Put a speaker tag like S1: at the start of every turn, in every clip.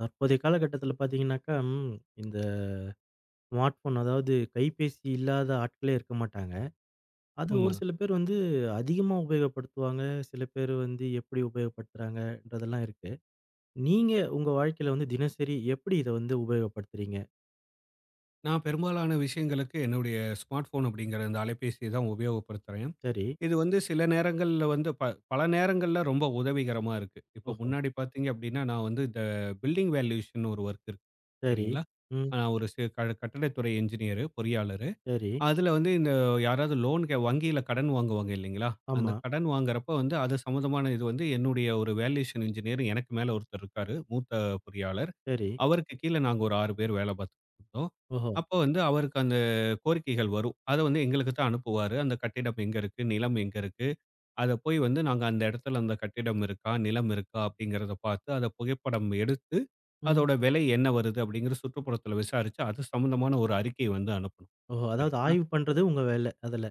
S1: தற்போதைய காலகட்டத்தில பார்த்தீங்கன்னாக்கா, இந்த ஸ்மார்ட் ஃபோன் அதாவது கைபேசி இல்லாத ஆட்களே இருக்க மாட்டாங்க. அது ஒரு
S2: உண்மதான்.
S1: சில பேர் வந்து அதிகமா உபயோகப்படுத்துவாங்க. சில பேர் வந்து எப்படி உபயோகப்படுத்துறாங்கன்றதெல்லாம் இருக்கு. நீங்க உங்க வாழ்க்கையில வந்து தினசரி எப்படி இத வந்து உபயோகப்படுத்துறீங்க?
S2: நான் பெரும்பாலான விஷயங்களுக்கு என்னுடைய ஸ்மார்ட் ஃபோன் அப்படிங்கிற அந்த அலைபேசிய தான் உபயோகப்படுத்துறேன்.
S1: சரி.
S2: இது வந்து சில நேரங்கள்ல வந்து பல நேரங்கள்ல ரொம்ப உதவிகரமா இருக்கு. இப்போ
S1: ஓஹோ!
S2: முன்னாடி பார்த்தீங்க அப்படின்னா, நான் வந்து இந்த பில்டிங் வேல்யூஷன் ஒரு ஒர்க் இருக்கு.
S1: சரி.
S2: சரிங்களா?
S1: ம்.
S2: நான் ஒரு சி க கட்டடத்துறை என்ஜினியர், பொறியாளர்.
S1: சரி.
S2: அதுல வந்து இந்த யாராவது லோன் கே வங்கியில கடன் வாங்குவாங்க இல்லைங்களா? அந்த
S1: ஆமா.
S2: கடன் வாங்குறப்ப வந்து அது சம்மந்தமான இது வந்து என்னுடைய ஒரு வேல்யூஷன் இன்ஜினியர் எனக்கு மேல ஒருத்தர் இருக்காரு. மூத்த பொறியாளர்.
S1: சரி.
S2: அவருக்கு கீழ நாங்க ஒரு 6 பேர் வேல பார்த்துக்கிட்டு இருந்தோம்.
S1: ஓஹோ!
S2: அப்போ வந்து அவருக்கு அந்த கோரிக்கைகள் வரும். அத வந்து எங்களுக்கு தான் அனுப்புவாரு. அந்த கட்டிடம் எங்க இருக்கு? நிலம் எங்க இருக்கு? அத போய் வந்து நாங்க அந்த இடத்துல அந்த கட்டிடம் இருக்கா? நிலம் இருக்கா? அப்படிங்கிறத பார்த்து அத புகைப்படம் எடுத்து,
S1: ம்.
S2: அதோட விலை என்ன வருது? அப்படிங்கிற சுற்றுப்புறத்துல விசாரிச்சு, அது சம்மந்தமான ஒரு அறிக்கை வந்து அனுப்பணும்.
S1: ஓஹோ! அதாவது
S2: சரிங்களா?
S1: ஆய்வு பண்றது உங்க வேல அதுல.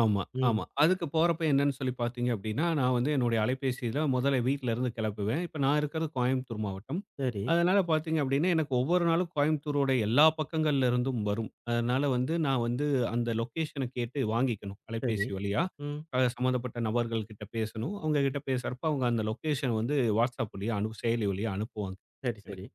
S2: ஆமா,
S1: ம்.
S2: ஆமா. அதுக்கு போறப்ப என்னன்னு சொல்லி பார்த்தீங்க அப்டின்னா, நான் வந்து என்னுடைய அலைபேசியில முதல்ல வீட்லருந்து கெளப்புவேன். இப்ப நான் இருக்கிறது கோயம்புத்தூர் மாவட்டம்.
S1: சரி,
S2: அதனால பார்த்தீங்க அப்டின்னா, எனக்கு ஒவ்வொரு நாளும் கோயம்புத்தூரோட எல்லா பக்கங்கள்ல இருந்தும் வரும். அதனால வந்து நான் வந்து அந்த லொக்கேஷன கேட்டு வாங்கிக்கணும்.
S1: சரி.
S2: அலைபேசி வழியா.
S1: ம்.
S2: சம்மந்தப்பட்ட நபர்கள் கிட்ட பேசணும். அவங்க கிட்ட பேசுறப்ப அவங்க அந்த லொக்கேஷன் வந்து WhatsApp வழியா செயலி வழியா அனுப்புவாங்க.
S1: சரி,
S2: எனக்கு.
S1: சரி.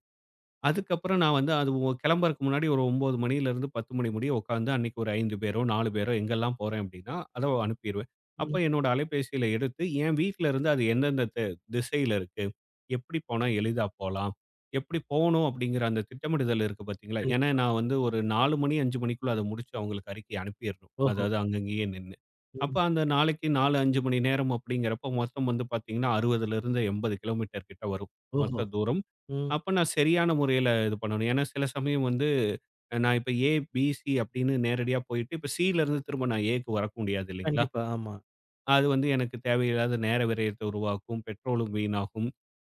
S2: அதுக்கப்புறம் நான் வந்து அது கிளம்புறக்கு முன்னாடி ஒரு 9 மணியிலிருந்து 10 மணி முடிய உட்காந்து அன்னைக்கு ஒரு 5 பேரோ, 4 பேரோ எங்கெல்லாம் போறேன் அப்படின்னா, அத அனுப்பிருவேன். அப்ப
S1: ம்.
S2: என்னோட அலைபேசியில எடுத்து என் வீட்ல இருந்து அது எந்தெந்த திசையில இருக்கு? எப்படி போனா எளிதா போலாம்? எப்படி போணும் அப்படிங்கிற அந்த திட்டமிடுதல் இருக்கு பார்த்தீங்களா? ஏன்னா
S1: கண்டிப்பா.
S2: நான் வந்து ஒரு 4 மணி 5 மணிக்குள்ள அத முடிச்சு அவங்களுக்கு அறிக்கை அனுப்பிறணும்.
S1: ஓஹோ!
S2: அதாவது அங்கங்கேயே நின்னு. அப்ப
S1: ம்.
S2: அந்த நாளைக்கு 4, 5 மணி நேரம் அப்படிங்கிறப்ப மொத்தம் வந்து பார்த்தீங்கன்னா 60லிருந்து 80 கிலோமீட்டர் கிட்ட வரும்.
S1: ஓஹோ!
S2: மொத்த தூரம்.
S1: ம்.
S2: அப்ப நான் சரியான முறையில இது பண்ணணும். ஏன்னா சில சமயம் வந்து நான் இப்ப ஏ, பி, சி அப்படின்னு நேரடியா போயிட்டு, இப்ப சில இருந்து திரும்ப நான் ஏக்கு வரக்க முடியாது இல்லைங்களா?
S1: கண்டிப்பா. ஆமா.
S2: அது வந்து எனக்கு தேவையில்லாத நேர விரயத்தை உருவாக்கும், பெட்ரோலும் வீணாகும்,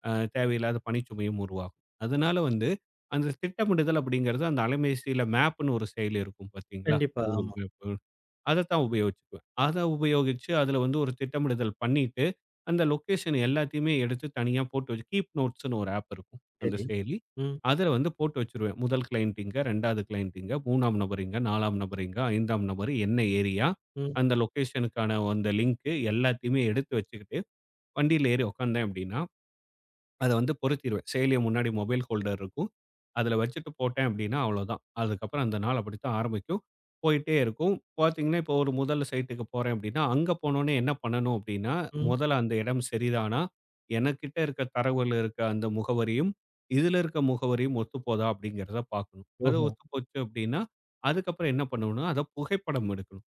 S2: அ தேவையில்லாத பணிச்சுமையும் உருவாகும். அதனால வந்து அந்த திட்டமிடுதல் அப்படிங்கிறது அந்த அலைபேசியில மேப்ன்னு ஒரு செயலி இருக்கும் பார்த்தீங்களா?
S1: கண்டிப்பா.
S2: Google
S1: ஆமா.
S2: மேப். அதத்தான் உபயோகிச்சுக்குவேன். அத உபயோகிச்சு அதுல வந்து ஒரு திட்டமிடுதல் பண்ணிட்டு, அந்த லொக்கேஷன் எல்லாத்தையுமே எடுத்து தனியா போட்டு வச்சு கீப் நோட்ஸ்ன்னு ஒரு ஆப் இருக்கும். அந்த
S1: சரி.
S2: செயலி.
S1: ம்,
S2: அதுல வந்து போட்டு வச்சுருவேன். முதல் கிளையன்ட் இங்க, 2வது கிளையன்ட் இங்க, 3ஆம் நபர் இங்க, 4ஆம் நபர் இங்க, 5ஆம் நபர் என்ன ஏரியா,
S1: ம்,
S2: அந்த லொக்கேஷனுக்கான அந்த லிங்க் எல்லாத்தையுமே எடுத்து வச்சுக்கிட்டு, வண்டியில ஏறி உட்காந்தேன் அப்படின்னா அத வந்து பொருத்திருவேன். செயலிய முன்னாடி மொபைல் ஹோல்டர் இருக்கும். அதில வச்சுட்டு போட்டேன் அப்டின்னா அவ்வளோதான். அதுக்கப்புறம் அந்த நாள் அப்படித்தான் ஆரம்பிக்கும். போயிட்டே இருக்கும். பார்த்தீங்கன்னா, இப்போ ஒரு முதல் சைட்டுக்கு போறேன் அப்டின்னா, அங்க போனோனே என்ன பண்ணணும் அப்டின்னா,
S1: ம்.
S2: முதல்ல அந்த இடம் சரிதானா? எனக்கிட்ட இருக்க தரவுல இருக்க அந்த முகவரியும், இதில இருக்க முகவரியும் ஒத்துப்போதா அப்டிங்கிறத பார்க்கணும். அது
S1: ஓஹோ!
S2: ஒத்துப்போச்சு அப்டின்னா, அதுக்கப்புறம் என்ன பண்ணணும்னா, அத புகைப்படம் எடுக்கணும்.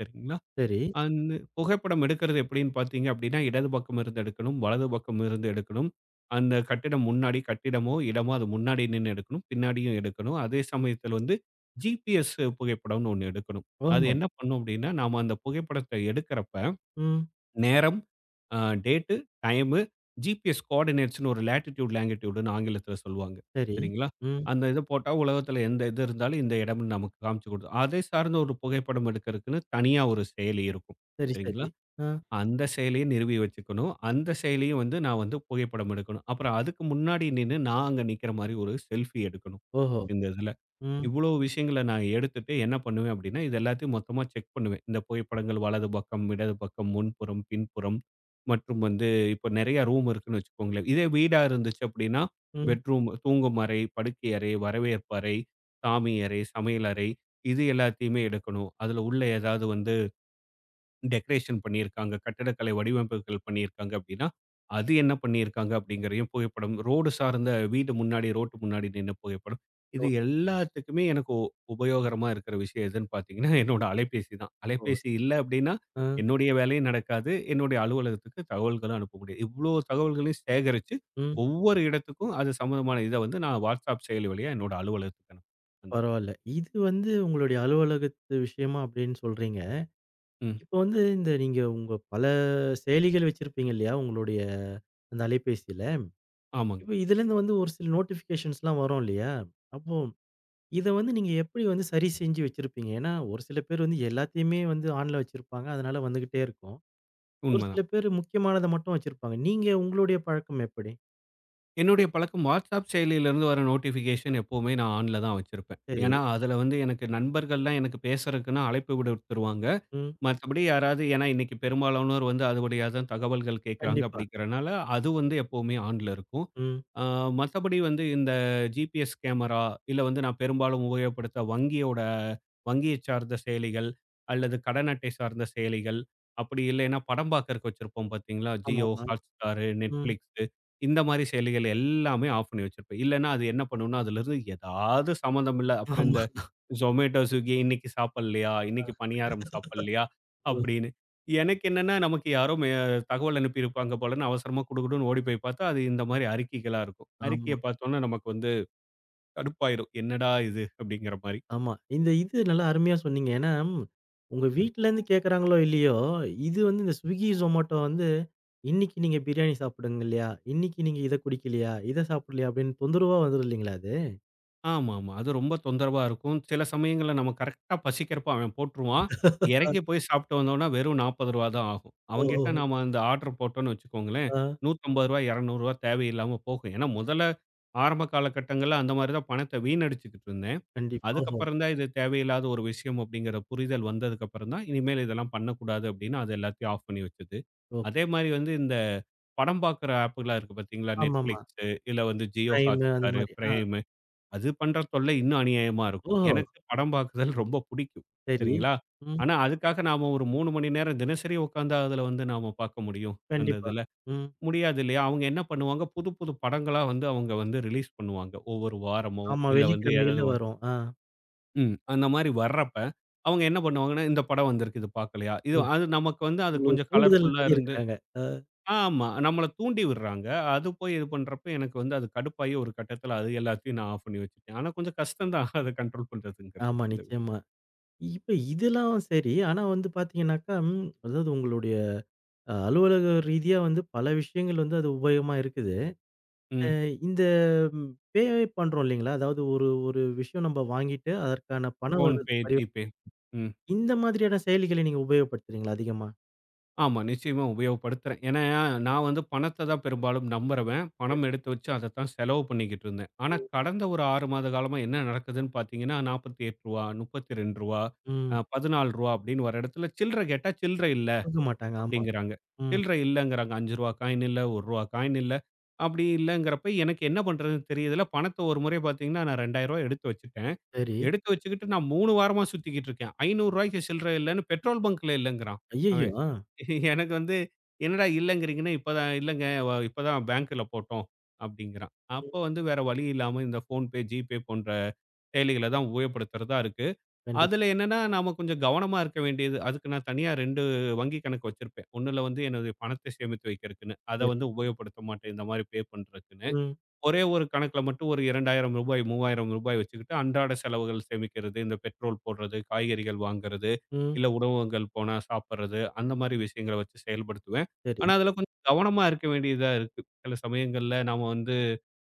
S2: சரிங்களா?
S1: சரி.
S2: அந்த புகைப்படம் எடுக்கிறது எப்படின்னு பார்த்தீங்க அப்படின்னா, இடது பக்கம் இருந்து எடுக்கணும், வலது பக்கம் இருந்து எடுக்கணும். அந்த கட்டிடம் முன்னாடி கட்டிடமோ, இடமோ அது முன்னாடி நின்னு எடுக்கணும். பின்னாடியும் எடுக்கணும். அதே சமயத்தில வந்து ஜிபிஎஸ் புகைப்படம்னு ஒண்ணு எடுக்கணும். அது
S1: ஓஹோ!
S2: என்ன பண்ணும் அப்படின்னா, நாம அந்த புகைப்படத்த எடுக்கிறப்ப
S1: ம்.
S2: நேரம், அ டேட்டு, டைமு, ஜிபிஎஸ் கோஆர்டினேட்ஸ்ன்னு ஒரு லேட்டிட்யூட், லாங்கிட்யூடுன்னு ஆங்கிலத்தில சொல்லுவாங்க.
S1: சரி.
S2: சரிங்களா?
S1: ம்.
S2: அந்த இத போட்டா உலகத்தில எந்த இது இருந்தாலும் இந்த இடம்னு நமக்கு காமிச்சு குடுத்துரும். அதை சார்ந்த ஒரு புகைப்படம் எடுக்கிறதுக்குன்னு தனியா ஒரு செயலி இருக்கும்.
S1: சரி, சரி.
S2: சரிங்களா?
S1: ஆ.
S2: அந்த செயலியும் நிறுவி வச்சுக்கணும். அந்த செயலியும் வந்து நான் வந்து புகைப்படம் எடுக்கணும். அப்புறம் அதுக்கு முன்னாடி நின்னு நான் அங்க நிக்கிற மாரி ஒரு செல்ஃபி எடுக்கணும்.
S1: ஓஹோ!
S2: இந்த இதுல.
S1: ம்,
S2: இவ்வளோ விஷயங்கள நான் எடுத்துட்டு என்ன பண்ணுவேன் அப்டின்னா, இது எல்லாத்தையும் மொத்தமா செக் பண்ணுவேன். இந்த புகைப்படங்கள் வலது பக்கம், இடது பக்கம், முன்புறம், பின்புறம் மற்றும் வந்து இப்ப நெறைய ரூம் இருக்குன்னு வச்சுக்கோங்களேன். இதே வீடா இருந்துச்சு அப்டின்னா,
S1: ம்.
S2: பெட்ரூம், தூங்கும் அறை, படுக்கை அறை, வரவேற்பு அறை, சாமி அறை, சமையல் அறை இது எல்லாத்தையுமே எடுக்கணும். அதுல உள்ள ஏதாவது வந்து டெக்கரேஷன் பண்ணியிருக்காங்க, கட்டடக்கலை வடிவமைப்புகள் பண்ணியிருக்காங்க அப்படின்னா, அது என்ன பண்ணியிருக்காங்க அப்படிங்கிறதையும் புகைப்படம், ரோடு சார்ந்த வீடு முன்னாடி, ரோட்டு முன்னாடி நின்ன புகைப்படம். இது எல்லாத்துக்குமே எனக்கு உபயோகரமா இருக்கிற விஷயம் எதுன்னு பார்த்தீங்கன்னா, என்னோட அலைபேசி தான்.
S1: ஓஹோ!
S2: அலைபேசி இல்ல அப்படின்னா,
S1: ஆ.
S2: என்னுடைய வேலையும் நடக்காது. என்னுடைய அலுவலகத்துக்கு தகவல்களும் அனுப்ப முடியாது. இவ்வளோ தகவல்களையும் சேகரிச்சு,
S1: ம்.
S2: ஒவ்வொரு இடத்துக்கும் அது சம்மந்தமான இத வந்து நான் WhatsApp செயலி வழியா என்னோட அலுவலகத்துக்கு அனுப்புவேன். அந்த-
S1: பரவால்ல. இது வந்து உங்களுடைய அலுவலகத்து விஷயமா அப்படின்னு சொல்றீங்க.
S2: ம்.
S1: இப்ப வந்து இந்த நீங்க உங்க பல செயலிகள் வச்சிருப்பீங்க இல்லையா? உங்களுடைய அந்த அலைபேசியில.
S2: ஆமாங்க.
S1: இப்ப இதுலேருந்து வந்து ஒரு சில நோட்டிஃபிகேஷன்ஸ்லாம் வரும் இல்லையா? அப்போ இத வந்து நீங்க எப்படி வந்து சரி செஞ்சு வச்சிருப்பீங்க? ஏன்னா, ஒரு சில பேர் வந்து எல்லாத்தையுமே வந்து ஆன்ல வச்சிருப்பாங்க. அதனால வந்துகிட்டே இருக்கும். ஒரு
S2: உண்மதான்.
S1: சில பேர் முக்கியமானத மட்டும் வச்சிருப்பாங்க. நீங்க உங்களுடைய பழக்கம் எப்படி?
S2: என்னுடைய பழக்கம் வாட்ஸ்அப் செயலியிலேருந்து வர நோட்டிஃபிகேஷன் எப்பவுமே நான் ஆன்ல தான் வச்சிருப்பேன்.
S1: சரி.
S2: ஏன்னா, அதில வந்து எனக்கு நண்பர்கள்லாம் எனக்கு பேசுறதுக்குன்னு அழைப்பு விடுத்துருவாங்க.
S1: ம்.
S2: மத்தபடி யாராவது ஏன்னா இன்னைக்கு பெரும்பாலானோர் வந்து அது வழியா தான் தகவல்கள் கேட்குறாங்க
S1: கண்டிப்பா.
S2: அப்படிங்கிறனால, அது வந்து எப்பவுமே ஆன்ல இருக்கும்.
S1: ம்.
S2: ஆ மத்தபடி வந்து இந்த ஜிபிஎஸ் கேமரா, இல்ல வந்து நான் பெரும்பாலும் உபயோகப்படுத்த வங்கியோட வங்கியை சார்ந்த செயலிகள், அல்லது கடன் அட்டை சார்ந்த செயலிகள், அப்படி இல்லைன்னா படம் பார்க்கறக்கு வச்சிருப்போம் பார்த்தீங்களா? ஜியோ,
S1: ஆமாமா.
S2: Hotstar,
S1: ம்.
S2: Netflix இந்த மாரி செயலிகள் எல்லாமே ஆஃப் பண்ணி வச்சிருப்பேன். இல்லன்னா, அது என்ன பண்ணும்னா, அதிலிருந்து ஏதாவது சம்மந்தம் இல்ல அப்புறம் இந்த
S1: ஆமா.
S2: Zomato, Swiggy இன்னைக்கு சாப்பிடலையா?
S1: அ.
S2: இன்னைக்கு பணியாரம் சாப்பிடலையா?
S1: ம்.
S2: அப்படின்னு. எனக்கு என்னன்னா, நமக்கு யாரோ தகவல் அனுப்பியிருப்பாங்க போலன்னு அவசரமா குடுகுடுன்னு ஓடி போய் பார்த்தா, அது இந்த மாரி அறிக்கைகளா இருக்கும்.
S1: ஆமா.
S2: அறிக்கைய பார்த்தோம்னா நமக்கு வந்து கடுப்பாயிரும். என்னடா இது? அப்படிங்கிற மாரி. ம்.
S1: ஆமா. இந்த இது நல்லா அருமையா சொன்னீங்க. ஏன்னா, உங்க வீட்லருந்து கேட்கறாங்களோ இல்லையோ, இது வந்து இந்த Swiggy, Zomato வந்து இன்னைக்கு நீங்க பிரியாணி சாப்பிடுங்க இல்லையா? இன்னைக்கு நீங்க இத குடிக்கலையா? இத சாப்பிடலையா? அப்படின்னு தொந்தரவா வந்துரும் இல்லைங்களா அது?
S2: ஆமாமா. அது ரொம்ப தொந்தரவா இருக்கும். சில சமயங்கள்ல நம்ம கரெக்ட்டா பசிக்கிறப்ப அவன் போட்டுருவான். இறங்கி போய் சாப்பிட்டு வந்தோம்னா வெறும் ரூ. 40 தான் ஆகும்.
S1: ஓஹோ!
S2: அவன்கிட்ட நாம அந்த ஆர்டர் போட்டோம்னு வச்சுக்கோங்களேன், ரூ.
S1: ஆ.
S2: 150 ரூ. 200 தேவையில்லாம போகும். ஏன்னா முதல்ல ஆரம்ப காலகட்டங்கள்ல அந்த மாரி தான் பணத்த வீணடிச்சுக்கிட்டு இருந்தேன்.
S1: கண்டிப்பா. ஓஹோ!
S2: அதுக்கப்புறம் தான் இது தேவையில்லாத ஒரு விஷயம் அப்படிங்கிற புரிதல் வந்ததுக்கப்புறம் தான், இனிமேல் இதெல்லாம் பண்ணக்கூடாது அப்படின்னு அது எல்லாத்தையும் ஆஃப் பண்ணி வச்சது. அதே
S1: ஓகே.
S2: மாரி வந்து இந்த படம் பார்க்குற ஆப்லாம் இருக்கு பார்த்தீங்களா? Netflix,
S1: ஆமாமா.
S2: இல்ல வந்து Jio
S1: பிரைமு அந்த
S2: Hotstar,
S1: மாரி. ஆ.
S2: Prime அது பண்ற தொல்லை இன்னும் அநியாயமா இருக்கும்.
S1: ஓஹோ!
S2: எனக்கு படம் பார்க்குதல் ரொம்ப புடிக்கும்.
S1: சரி.
S2: சரிங்களா?
S1: ம்.
S2: ஆனா, அதுக்காக நாம ஒரு 3 மணி நேரம் தினசரி உட்கார்ந்தா அதுல வந்து நாம பார்க்க முடியும். அந்த
S1: கண்டிப்பா.
S2: இதுல.
S1: ம்.
S2: முடியாது இல்லையா? அவங்க என்ன பண்ணுவாங்க, புது புது படங்களா வந்து அவங்க வந்து ரிலீஸ் பண்ணுவாங்க. ஒவ்வொரு வாரமோ,
S1: ஆமா.
S2: இல்ல வந்து ஏதாவது
S1: வெள்ளிக்கிழமைகள்ல
S2: ஒ
S1: வரும். ஆ.
S2: ம். அந்த மாரி வர்றப்ப, அவங்க என்ன பண்ணுவாங்கன்னா, இந்த படம் வந்திருக்கு. இது பார்க்கலையா? இது
S1: ம்.
S2: அது நமக்கு வந்து அது
S1: உங்களுக்கு
S2: கொஞ்சம்
S1: தூண்டுதல்
S2: கலர்ஃபுல்லா இருந்து
S1: பண்ணியிருக்கிறாங்க. அ.
S2: ஆமா. நம்மள தூண்டி விடுறாங்க. அது போய் இது பண்றப்ப எனக்கு வந்து அது கடுப்பாயி ஒரு கட்டத்துல அது எல்லாத்தையும் நான் ஆஃப் பண்ணி வச்சுட்டேன். ஆனா கொஞ்சம் கஷ்டம் தான் அத கண்ட்ரோல் பண்றதுங்கிறது.
S1: ஆமா,
S2: இந்த விஷயம்.
S1: நிச்சயமா. இப்ப இதெல்லாம் சரி. ஆனா வந்து பார்த்தீங்கன்னாக்கா, அதாவது உங்களுடைய அலுவலக ரீதியா வந்து பல விஷயங்கள் வந்து அது உபயோகமா இருக்குது. அ
S2: ம்.
S1: இந்த ம் பே பண்றோம் இல்லைங்களா? அதாவது ஒரு ஒரு விஷயம் நம்ம வாங்கிட்டு அதற்கான பண வரு
S2: ஃபோன்பே,
S1: பரிவ
S2: ஜிபே. ம்.
S1: இந்த மாதிரியான செயலிகளை நீங்க உபயோகப்படுத்துறீங்களா அதிகமா?
S2: ஆமா. நிச்சயமா உபயோகப்படுத்துறேன். ஏன்னா நான் வந்து பணத்த தான் பெரும்பாலும் நம்புறவன். பணம்
S1: சரி.
S2: எடுத்து வச்சு அதத்தான் செலவு பண்ணிக்கிட்டு இருந்தேன். ஆனா
S1: ம்.
S2: கடந்த ஒரு 6 மாத காலமா என்ன நடக்குதுன்னு பார்த்தீங்கன்னா, ரூ. 48, ரூ. 32,
S1: ம்.
S2: ரூ. 14 அப்படின்னு வர இடத்துல சில்லற கேட்டா சில்லற இல்ல.
S1: குடுக்க மாட்டாங்க. ஆமா.
S2: அப்படிங்கிறாங்க.
S1: ம்.
S2: சில்லற இல்லங்கிறாங்க. ரூ. 5 காயின் இல்ல, ரூ. 1 காயின் இல்ல. அப்படி இல்லங்கிறப்ப எனக்கு என்ன பண்றதுன்னு தெரியதில்ல. பணத்த ஒரு முறை பார்த்தீங்கன்னா, நான் ரூ. 2000 எடுத்து வச்சுட்டேன்.
S1: சரி.
S2: எடுத்து வச்சுக்கிட்டு நான் 3 வாரமா சுத்திக்கிட்டு இருக்கேன். ரூ. 500க்கு சில்லற இல்லன்னு பெட்ரோல் பங்க்ல இல்லங்கிறான்
S1: ஐயய்யோ!
S2: அவன்.
S1: ஆ.
S2: எனக்கு வந்து என்னடா இல்லங்கிறீங்கன்னு, இப்பதான் இல்லங்க வ இப்பதான் பேங்க்ல போட்டோம் அப்படிங்கிறான்.
S1: ம்.
S2: அப்போ வந்து வேற வழி இல்லாம இந்த ஃபோன்பே, ஜிபே போன்ற செயலிகள தான் உபயோகப்படுத்துறதா இருக்கு.
S1: கண்டிப்பா.
S2: அதுல என்னன்னா, நாம கொஞ்சம் கவனமா இருக்க வேண்டியது. அதுக்கு நான் தனியா 2 வங்கி கணக்கு வச்சிருப்பேன். ஒண்ணுல வந்து என்னுடைய பணத்த சேமித்து வைக்கிறதுக்குன்னு. அத
S1: சரி.
S2: வந்து உபயோகப்படுத்த மாட்டேன். இந்த மாரி பே பண்றதுக்குன்னு.
S1: ம்.
S2: ஒரே ஒரு கணக்குல மட்டும் ஒரு ரூ. 2000 ரூ. 3000 வச்சுக்கிட்டு அன்றாட செலவுகள் சேமிக்கிறது. இந்த பெட்ரோல் போடுறது, காய்கறிகள் வாங்குறது,
S1: ம்.
S2: இல்ல உணவகங்கள் போனா சாப்பிடுறது, அந்த மாரி விஷயங்கள வச்சு செயல்படுத்துவேன்.
S1: சரி.
S2: ஆனா, அதுல கொஞ்சம் கவனமா இருக்க வேண்டியதா இருக்கு. சில சமயங்கள்ல நாம வந்து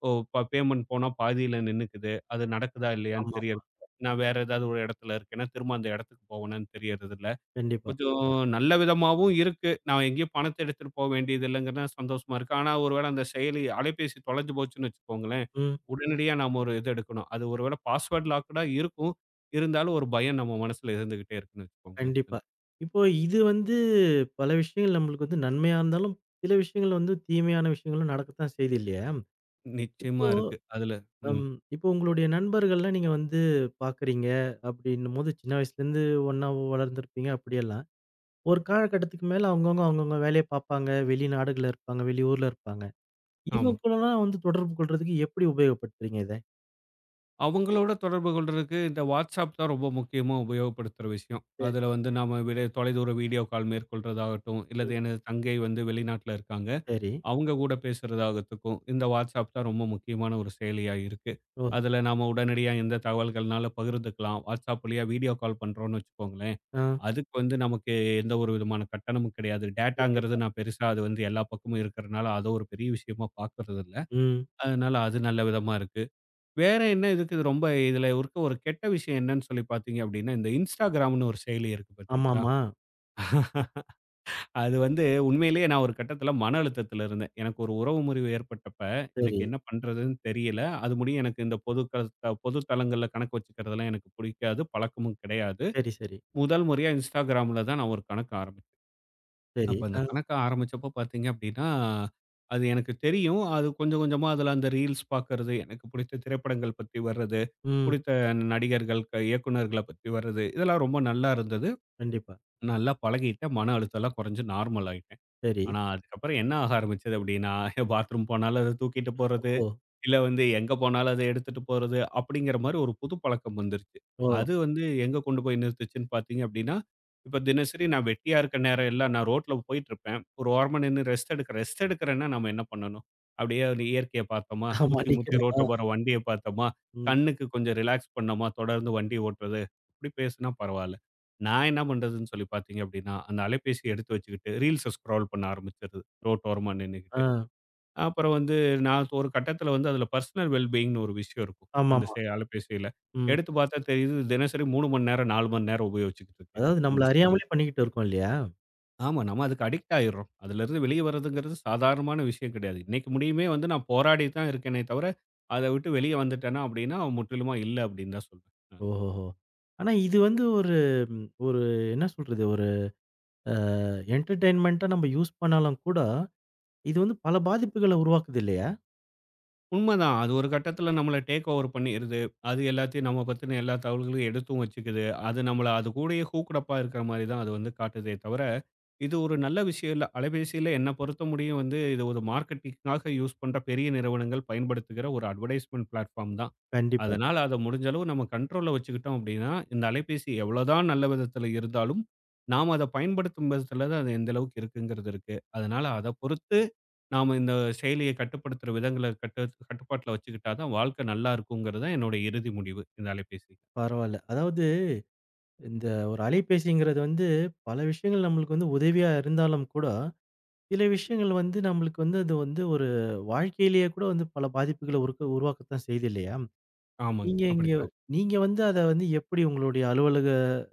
S2: ஓ ப பேமெண்ட் போனா பாதியில நின்னுக்குது. அது நடக்குதா இல்லையான்னு
S1: ஆமாமா.
S2: தெரியறதில்ல. நான் வேற ஏதாவது ஒரு இடத்துல இருக்கேன்னா, திரும்ப அந்த இடத்துக்கு போவேனான்னு தெரியறதில்ல.
S1: கண்டிப்பா.
S2: கொஞ்சம் நல்ல விதமாவும் இருக்கு. நான் எங்கேயும் பணத்த எடுத்துட்டு போ வேண்டியது இல்லைங்கிறது சந்தோஷமா இருக்கு. ஆனா, ஒருவேள அந்த செயலி அலைபேசி தொலைஞ்சு போச்சுன்னு வச்சுக்கோங்களேன்,
S1: ம்.
S2: உடனடியா நாம ஒரு இது எடுக்கணும். அது ஒருவேள பாஸ்வேர்ட் லாக்டா இருக்கும். இருந்தாலும் ஒரு பயம் நம்ம மனசுல இருந்துகிட்டே இருக்குன்னு வச்சுக்கோங்களேன்.
S1: கண்டிப்பா. இப்போ இது வந்து பல விஷயங்கள் நம்மளுக்கு வந்து நன்மையா இருந்தாலும், சில விஷயங்கள் வந்து தீமையான விஷயங்களும் நடக்கத்தான் செய்யுது இல்லையா? இப்போ
S2: நிச்சயமா இருக்கு. ம்.
S1: அம் இப்போ உங்களுடைய நண்பர்கள்லாம் நீங்க வந்து பார்க்குறீங்க அப்படின்னும்போது, சின்ன வயசுலேருந்து ஒண்ணா வளர்ந்துருப்பீங்க அப்படியெல்லாம். ஒரு காலகட்டத்துக்கு மேல அவங்கவங்க அவங்கவங்க வேலைய பார்ப்பாங்க. வெளிநாடுகள்ல இருப்பாங்க, வெளியூர்ல இருப்பாங்க.
S2: ஆமா.
S1: இவன் கூடலாம் வந்து தொடர்பு கொள்றதுக்கு எப்படி உபயோகப்படுத்துறீங்க இத?
S2: அவங்களோட தொடர்பு கொள்றதுக்கு இந்த WhatsApp தான் ரொம்ப முக்கியமா உபயோகப்படுத்துற விஷயம்.
S1: சரி,
S2: அதுல வந்து நாம விட தொலைதூர வீடியோ கால் மேற்கொள்றதாகட்டும், இல்லது
S1: ம்.
S2: எனது தங்கை வந்து வெளிநாட்ல இருக்காங்க.
S1: சரி.
S2: அவங்க கூட பேசுறதாகத்துக்கும், இந்த WhatsApp தான் ரொம்ப முக்கியமான ஒரு செயலியா இருக்கு.
S1: ஓ!
S2: அதுல நாம உடனடியா எந்த தகவல்கள்னாலும் பகிர்ந்துக்கலாம். WhatsApp வழியா வீடியோ கால் பண்றோம்னு வச்சுக்கோங்களேன்,
S1: ஆ.
S2: அதுக்கு வந்து நமக்கு எந்த ஒரு விதமான கட்டணமும் கிடையாது. டேட்டாங்கிறது
S1: கண்டிப்பா.
S2: நான் பெருசா அது வந்து எல்லா பக்கமும் இருக்கிறனால, அத ஒரு பெரிய விஷயமா பார்க்கறது இல்ல.
S1: ம்.
S2: அதனால அது நல்ல விதமா இருக்கு. வேற என்ன இதுக்கு இது ரொம்ப இதுல இருக்க ஒரு கெட்ட விஷயம் என்னன்னு சொல்லி பார்த்தீங்க அப்படின்னா, இந்த Instagramன்னு ஒரு செயலி இருக்கு பார்த்தீங்களா?
S1: ஆமாமா.
S2: அது வந்து உண்மையிலேயே நான் ஒரு கட்டத்தில மன அழுத்தத்தில இருந்தேன். எனக்கு ஒரு உறவு முறிவு ஏற்பட்டப்ப, எனக்கு
S1: சரி,
S2: என்ன பண்றதுன்னு தெரியல. அது முடியும் எனக்கு இந்த பொது தளங்கள்ல கணக்கு வச்சுக்கிறதெல்லாம் எனக்கு பிடிக்காது. பழக்கமும் கிடையாது.
S1: சரி, சரி,
S2: முதல் முறையா Instagramல தான் நான் ஒரு கணக்கு ஆரம்பிச்சேன்.
S1: சரி.
S2: அப்ப அந்த
S1: ஆ.
S2: கணக்க ஆரம்பிச்சப்போ பார்த்தீங்க அப்படின்னா, அது எனக்கு தெரியும். அது கொஞ்சம் கொஞ்சமா அதில அந்த ரீல்ஸ் பார்க்கறது, எனக்கு பிடித்த திரைப்படங்கள் பத்தி வர்றது,
S1: ம்.
S2: பிடித்த நடிகர்கள், இயக்குனர்கள பத்தி வர்றது, இதெல்லாம் ரொம்ப நல்லா இருந்தது.
S1: கண்டிப்பா.
S2: நல்லா பழகிட்டேன். மன அழுத்தம்லாம் குறைஞ்சு நார்மல் ஆயிட்டேன்.
S1: சரி.
S2: ஆனா, அதுக்கப்புறம் என்ன ஆக ஆரம்பிச்சது அப்படின்னா, பாத்ரூம் போனாலும் அத தூக்கிட்டு போறது,
S1: ஓஹோ!
S2: இல்ல வந்து எங்க போனாலும் அத எடுத்துட்டு போறது, அப்படிங்கிற மாரி ஒரு புது பழக்கம் வந்துருச்சு.
S1: ஓ!
S2: அது வந்து எங்க கொண்டு போய் நிறுத்துச்சுன்னு பார்த்தீங்க அப்படின்னா, இப்ப தினசரி நான் வெட்டியா இருக்க நேரம் எல்லாம் நான் ரோட்ல போயிட்டுருப்பேன். ஒரு ஓரமா நின்னு ரெஸ்ட் எடுக்கிறேன். ரெஸ்ட் எடுக்கிறேன்னா நம்ம என்ன பண்ணணும்? அப்படியே அந்த இயற்கைய பார்த்தோமா,
S1: ஆமா.
S2: சுத்தி முத்தி
S1: நிக்கணுமா?
S2: ரோட்ல போற வண்டிய பார்த்தோமா,
S1: ம்.
S2: கண்ணுக்கு கொஞ்சம் ரிலாக்ஸ் பண்ணோமா, தொடர்ந்து வண்டி ஓட்டுறது, இப்படி பேசுனா பரவால்ல. நான் என்ன பண்றதுன்னு சொல்லி பார்த்தீங்க அப்படின்னா, அந்த அலைபேசிய எடுத்து வச்சுக்கிட்டு ரீல்ஸ ஸ்க்ரால் பண்ண ஆரம்பிச்சுறது, ரோட்டோரமா
S1: ஆ.
S2: நின்னுக்கிட்டு. அப்புறம் வந்து நான் ஒரு கட்டத்தில வந்து அதில பர்சனல் வெல்பீயிங்ன்னு ஒரு விஷயம் இருக்கும். அந்த
S1: ஆமாமா.
S2: அலைபேசியில.
S1: ம்.
S2: எடுத்து பார்த்தா தெரியுது தினசரி 3 மணி நேரம், 4 மணி நேரம் உபயோகிச்சுக்கிட்டு இருக்கேன்.
S1: அதாவது
S2: அந்த
S1: நம்மள
S2: செயலி.
S1: அறியாமலே பண்ணிக்கிட்டு இருக்கோம் இல்லையா?
S2: ஆமா. நம்ம அதுக்கு அடிக்ட் ஆயிடுறோம். அதிலருந்து வெளிய வரதுங்கிறது சாதாரணமான விஷயம் கிடையாது. இன்னைக்கு முடியுமே வந்து நான் போராடி தான் இருக்கேனே தவிர, அத விட்டு வெளிய வந்துட்டேனா அப்படின்னா, அவன் முற்றிலுமா இல்ல அப்படின்னு தான் சொல்வேன் நான்.
S1: ஓஹோஹோ! ஆனா இது வந்து ஒரு ஒரு என்ன சொல்றது? ஒரு அ என்டர்டெயின்மென்ட்டா நம்ம யூஸ் பண்ணாலும் கூட, இது வந்து பல பாதிப்புகள உருவாக்குது இல்லையா?
S2: உண்மதான். அது ஒரு கட்டத்தில நம்மள டேக் ஓவர் பண்ணிருது. அது எல்லாத்தையும் நம்ம பத்தின எல்லா தகவல்களையும் எடுத்தும் வச்சுக்குது. அது நம்மள அது கூடயே ஹூக்ட் அப்பா இருக்கிற மாரி தான் அது வந்து காட்டுதே தவிர இது ஒரு நல்ல விஷயம் இல்ல. அலைபேசியில என்ன பொறுத்த முடியும் வந்து இது ஒரு மார்க்கெட்டிங்காக யூஸ் பண்ற பெரிய நிறுவனங்கள் பயன்படுத்துகிற ஒரு அட்வர்டைஸ்மென்ட் பிளாட்ஃபார்ம் தான்.
S1: கண்டிப்பா.
S2: அதனால அத முடிஞ்ச அளவு நம்ம கண்ட்ரோல்ல வச்சுக்கிட்டோம் அப்படின்னா, இந்த அலைபேசி எவ்வளோதான் நல்ல விதத்துல இருந்தாலும், நாம அத பயன்படுத்தும் விதத்துல தான் அது எந்த அளவுக்கு இருக்குங்கிறது இருக்கு. அதனால அத பொறுத்து நாம இந்த செயலிய கட்டுப்படுத்துற விதங்கள கட்டுப்பாட்டுல வச்சுக்கிட்டா தான் வாழ்க்கை நல்லா இருக்குங்கிறது தான் என்னோட இறுதி முடிவு இந்த அலைபேசி.
S1: பரவால்ல. அதாவது இந்த ஒரு அலைபேசிங்கிறது வந்து பல விஷயங்கள் நம்மளுக்கு வந்து உதவியா இருந்தாலும் கூட, சில விஷயங்கள் வந்து நம்மளுக்கு வந்து அது வந்து ஒரு வாழ்க்கையிலேயே கூட வந்து பல பாதிப்புகள உருவாக்கத்தான் செய்யுது இல்லையா?
S2: ஆமாங்க.
S1: நீங்க இங்க
S2: அப்படித்தான்.
S1: நீங்க வந்து அத வந்து எப்படி உங்களுடைய அலுவலக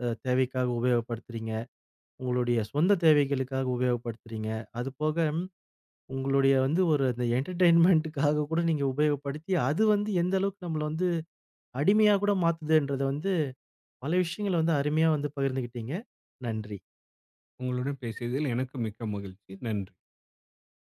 S1: தேவைக்காக உபயோகப்படுத்துறீங்க? உங்களுடைய சொந்த தேவைகளுக்காக உபயோகப்படுத்துறீங்க? அதுபோக உங்களுடைய வந்து ஒரு இந்த என்டர்டெயின்மென்ட்டுக்காக கூட நீங்க உபயோகப்படுத்தி, அது வந்து எந்த அளவுக்கு நம்மள வந்து அடிமையா கூட மாத்துதுன்றத வந்து பல விஷயங்கள வந்து அருமையா வந்து பகிர்ந்துக்கிட்டீங்க. நன்றி.
S2: உங்களுடன் பேசியதில் எனக்கு மிக்க மகிழ்ச்சி. நன்றி.